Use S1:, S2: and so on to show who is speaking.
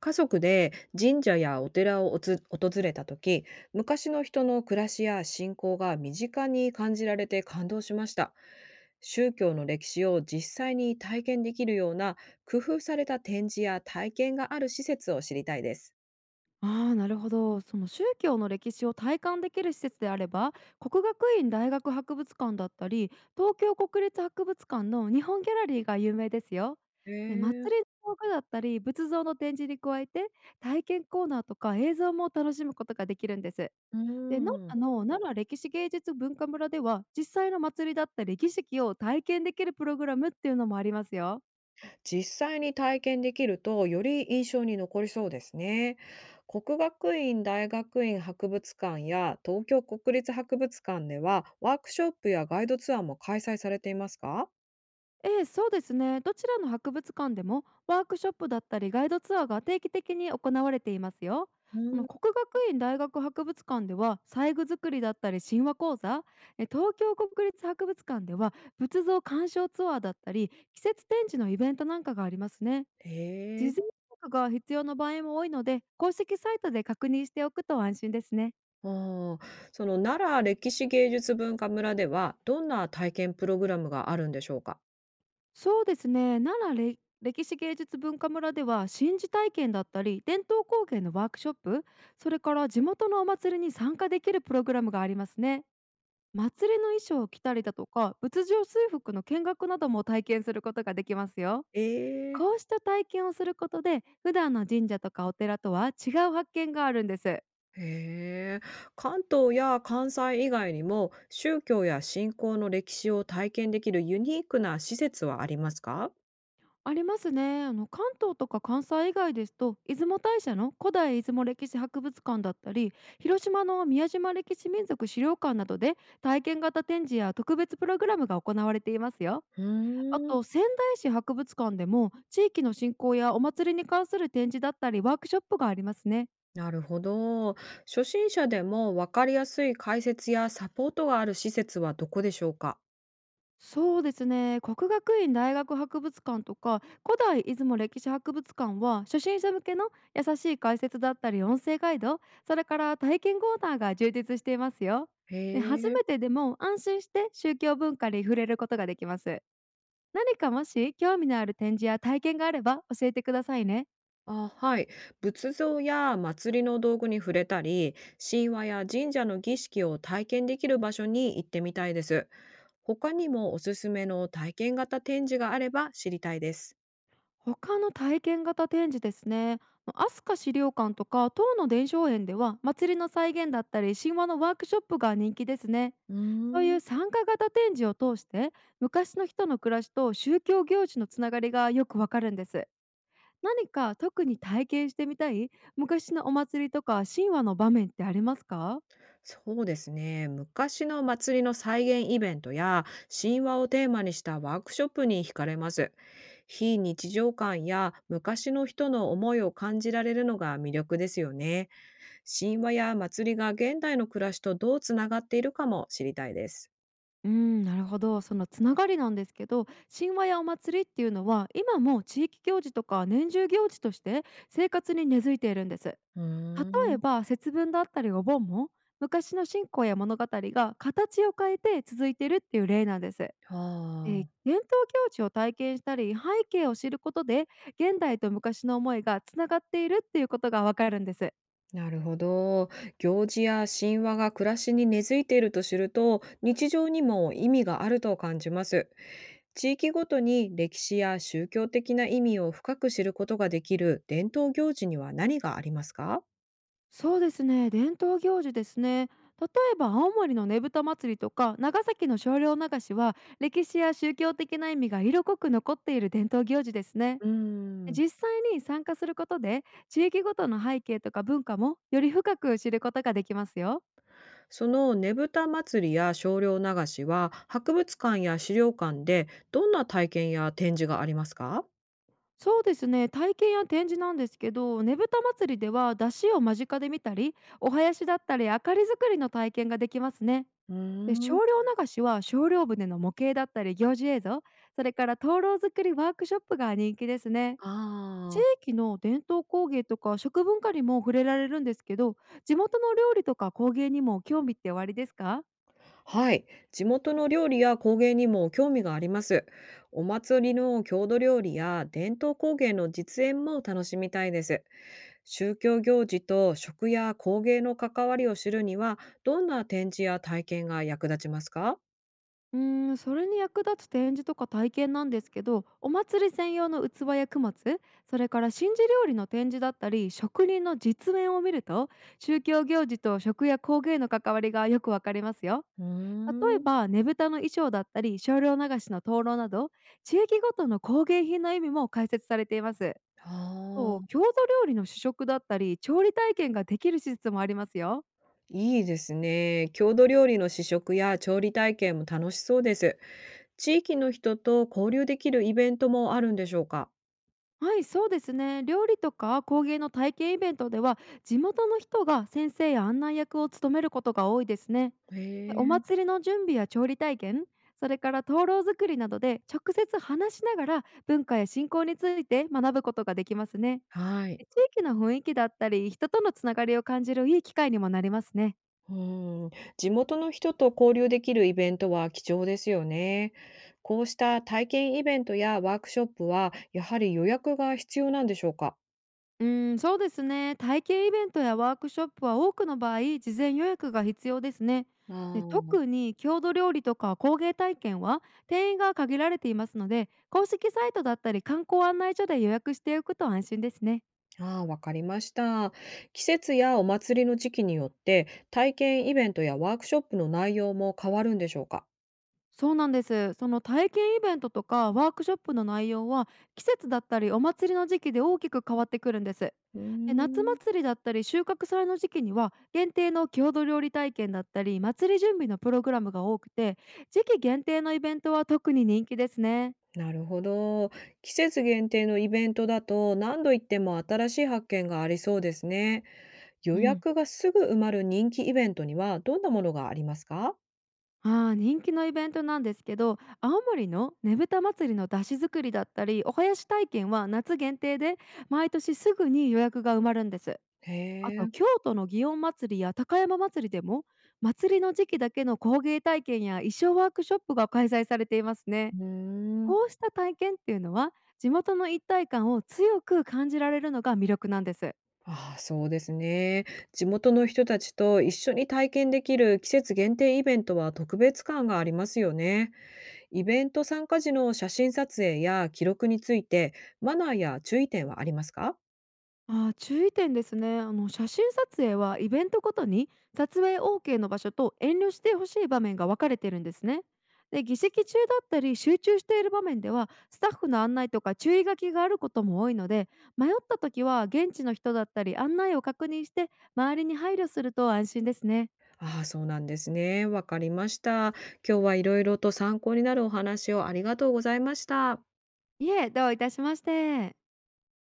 S1: 家族で神社やお寺を訪れた時、昔の人の暮らしや信仰が身近に感じられて感動しました。宗教の歴史を実際に体験できるような工夫された展示や体験がある施設を知りたいです。
S2: ああ、なるほど。その宗教の歴史を体感できる施設であれば、国学院大学博物館だったり、東京国立博物館の日本ギャラリーが有名ですよ。
S1: へ
S2: で、
S1: え。
S2: 祭りの道具だったり、仏像の展示に加えて、体験コーナーとか映像も楽しむことができるんです。
S1: う
S2: で、奈
S1: ーん。
S2: 良の奈良歴史芸術文化村では、実際の祭りだったり儀式を体験できるプログラムっていうのもありますよ。
S1: 実際に体験できるとより印象に残りそうですね。国学院大学院博物館や東京国立博物館ではワークショップやガイドツアーも開催されていますか？
S2: ええ、そうですね。どちらの博物館でもワークショップだったりガイドツアーが定期的に行われていますよ。
S1: う
S2: そ
S1: ん、
S2: の国学院大学博物館では細具作りだったり神話講座、東京国立博物館では仏像鑑賞ツアーだったり季節展示のイベントなんかがありますね。
S1: へ
S2: 事前
S1: え。
S2: 予約が必要な場合も多いので公式サイトで確認しておくと安心ですね。
S1: ああ、その奈良歴史芸術文化村ではどんな体験プログラムがあるんでしょうか？
S2: そうですね奈良歴史芸術文化村では神事体験だったり伝統工芸のワークショップ、それから地元のお祭りに参加できるプログラムがありますね。祭りの衣装を着たりだとか仏像水服の見学なども体験することができますよ。
S1: ええ。
S2: こうした体験をすることで、普段の神社とかお寺とは違う発見があるんです。
S1: へえ、関東や関西以外にも宗教や信仰の歴史を体験できるユニークな施設はありますか？
S2: ありますね。あの関東とか関西以外ですと、出雲大社の古代出雲歴史博物館だったり、広島の宮島歴史民族資料館などで体験型展示や特別プログラムが行われていますよ。
S1: う
S2: あ
S1: ーん、
S2: と仙台市博物館でも地域の振興やお祭りに関する展示だったりワークショップがありますね。
S1: なるほど。初心者でも分かりやすい解説やサポートがある施設はどこでしょうか？
S2: そうですね、国学院大学博物館とか古代出雲歴史博物館は初心者向けの優しい解説だったり音声ガイド、それから体験コーナーが充実していますよ。
S1: へ
S2: で初
S1: え。
S2: めてでも安心して宗教文化に触れることができます。何かもし興味のある展示や体験があれば教えてくださいね。
S1: あ、はい。仏像や祭りの道具に触れたり、神話や神社の儀式を体験できる場所に行ってみたいです。他にもおすすめの体験型展示があれば知りたいです。
S2: 他の体験型展示ですね。飛鳥資料館とか唐の伝承園では祭りの再現だったり神話のワークショップが人気ですね。
S1: う
S2: そうい
S1: ーん。
S2: う参加型展示を通して、昔の人の暮らしと宗教行事のつながりがよくわかるんです。何か特に体験してみたい昔のお祭りとか神話の場面ってありますか？
S1: そうですね。昔の祭りの再現イベントや神話をテーマにしたワークショップに惹かれます。非日常感や昔の人の思いを感じられるのが魅力ですよね。神話や祭りが現代の暮らしとどうつながっているかも知りたいです。
S2: うん、なるほど。そのつながりなんですけど、神話やお祭りっていうのは、今も地域行事とか年中行事として生活に根付いているんです。
S1: うー
S2: 例え
S1: ん。
S2: ば、節分だったりお盆も、昔の信仰や物語が形を変えて続いているっていう例なんです。で
S1: は
S2: 伝
S1: あ。
S2: 統行事を体験したり、背景を知ることで、現代と昔の思いがつながっているっていうことがわかるんです。
S1: なるほど。行事や神話が暮らしに根付いていると知ると、日常にも意味があると感じます。地域ごとに歴史や宗教的な意味を深く知ることができる伝統行事には何がありますか？
S2: そうですね、伝統行事ですね。例えば青森のねぶた祭りとか長崎の少量流しは歴史や宗教的な意味が色濃く残っている伝統行事ですね。
S1: うーん。
S2: 実際に参加することで地域ごとの背景とか文化もより深く知ることができますよ。
S1: そのねぶた祭りや少量流しは博物館や資料館でどんな体験や展示がありますか？
S2: そうですね、体験や展示なんですけど、ねぶた祭りでは出汁を間近で見たり、お囃子だったり明かり作りの体験ができますね。
S1: うー
S2: で、少
S1: ん。
S2: 量流しは少量船の模型だったり行事映像、それから灯籠作りワークショップが人気ですね。地
S1: ああ。
S2: 域の伝統工芸とか食文化にも触れられるんですけど、地元の料理とか工芸にも興味っておありですか？
S1: はい、地元の料理や工芸にも興味があります。お祭りの郷土料理や伝統工芸の実演も楽しみたいです。宗教行事と食や工芸の関わりを知るには、どんな展示や体験が役立ちますか？
S2: うーん、それに役立つ展示とか体験なんですけど、お祭り専用の器や供物、それから神事料理の展示だったり、職人の実演を見ると、宗教行事と食や工芸の関わりがよくわかりますよ。
S1: うー
S2: 例え
S1: ん。
S2: ば、ねぶたの衣装だったり、少量流しの灯籠など、地域ごとの工芸品の意味も解説されています。
S1: あ
S2: そう、郷
S1: あ、
S2: 土料理の試食だったり、調理体験ができる施設もありますよ。
S1: いいですね。郷土料理の試食や調理体験も楽しそうです。地域の人と交流できるイベントもあるんでしょうか？
S2: はい、そうですね。料理とか工芸の体験イベントでは、地元の人が先生や案内役を務めることが多いですね。
S1: へ
S2: でお
S1: え、
S2: 祭りの準備や調理体験、それから灯籠作りなどで直接話しながら文化や信仰について学ぶことができますね。
S1: はい。
S2: で地域の雰囲気だったり、人とのつながりを感じるいい機会にもなりますね。
S1: うーん、地元の人と交流できるイベントは貴重ですよね。こうした体験イベントやワークショップは、やはり予約が必要なんでしょうか？
S2: うん、そうですね。体験イベントやワークショップは多くの場合、事前予約が必要ですね。
S1: あ
S2: で
S1: ー。
S2: 特に郷土料理とか工芸体験は定員が限られていますので、公式サイトだったり観光案内所で予約しておくと安心ですね。
S1: あー、わかりました。季節やお祭りの時期によって、体験イベントやワークショップの内容も変わるんでしょうか？
S2: そうなんです。その体験イベントとかワークショップの内容は、季節だったりお祭りの時期で大きく変わってくるんです。
S1: うー
S2: で夏
S1: ん、
S2: 祭りだったり収穫祭の時期には限定の郷土料理体験だったり祭り準備のプログラムが多くて、時期限定のイベントは特に人気ですね。
S1: なるほど。季節限定のイベントだと、何度行っても新しい発見がありそうですね。
S2: う
S1: 予
S2: ん。
S1: 約がすぐ埋まる人気イベントにはどんなものがありますか？
S2: 人気のイベントなんですけど、青森のねぶた祭りの出汁作りだったりお囃子体験は夏限定で、毎年すぐに予約が埋まるんです。
S1: へ
S2: あと
S1: え、
S2: 京都の祇園祭や高山祭でも、祭りの時期だけの工芸体験や衣装ワークショップが開催されていますね。
S1: うーん。
S2: こうした体験っていうのは、地元の一体感を強く感じられるのが魅力なんです。
S1: ああ、そうですね。地元の人たちと一緒に体験できる季節限定イベントは特別感がありますよね。イベント参加時の写真撮影や記録について、マナーや注意点はありますか？
S2: ああ、注意点ですね。あの写真撮影はイベントごとに撮影 OK の場所と遠慮してほしい場面が分かれてるんですね。で、議席中だったり集中している場面ではスタッフの案内とか注意書きがあることも多いので、迷った時は現地の人だったり案内を確認して周りに配慮すると安心ですね。
S1: ああ、そうなんですね。わかりました。今日はいろいろと参考になるお話をありがとうございました。
S2: いえ、どういたしまして。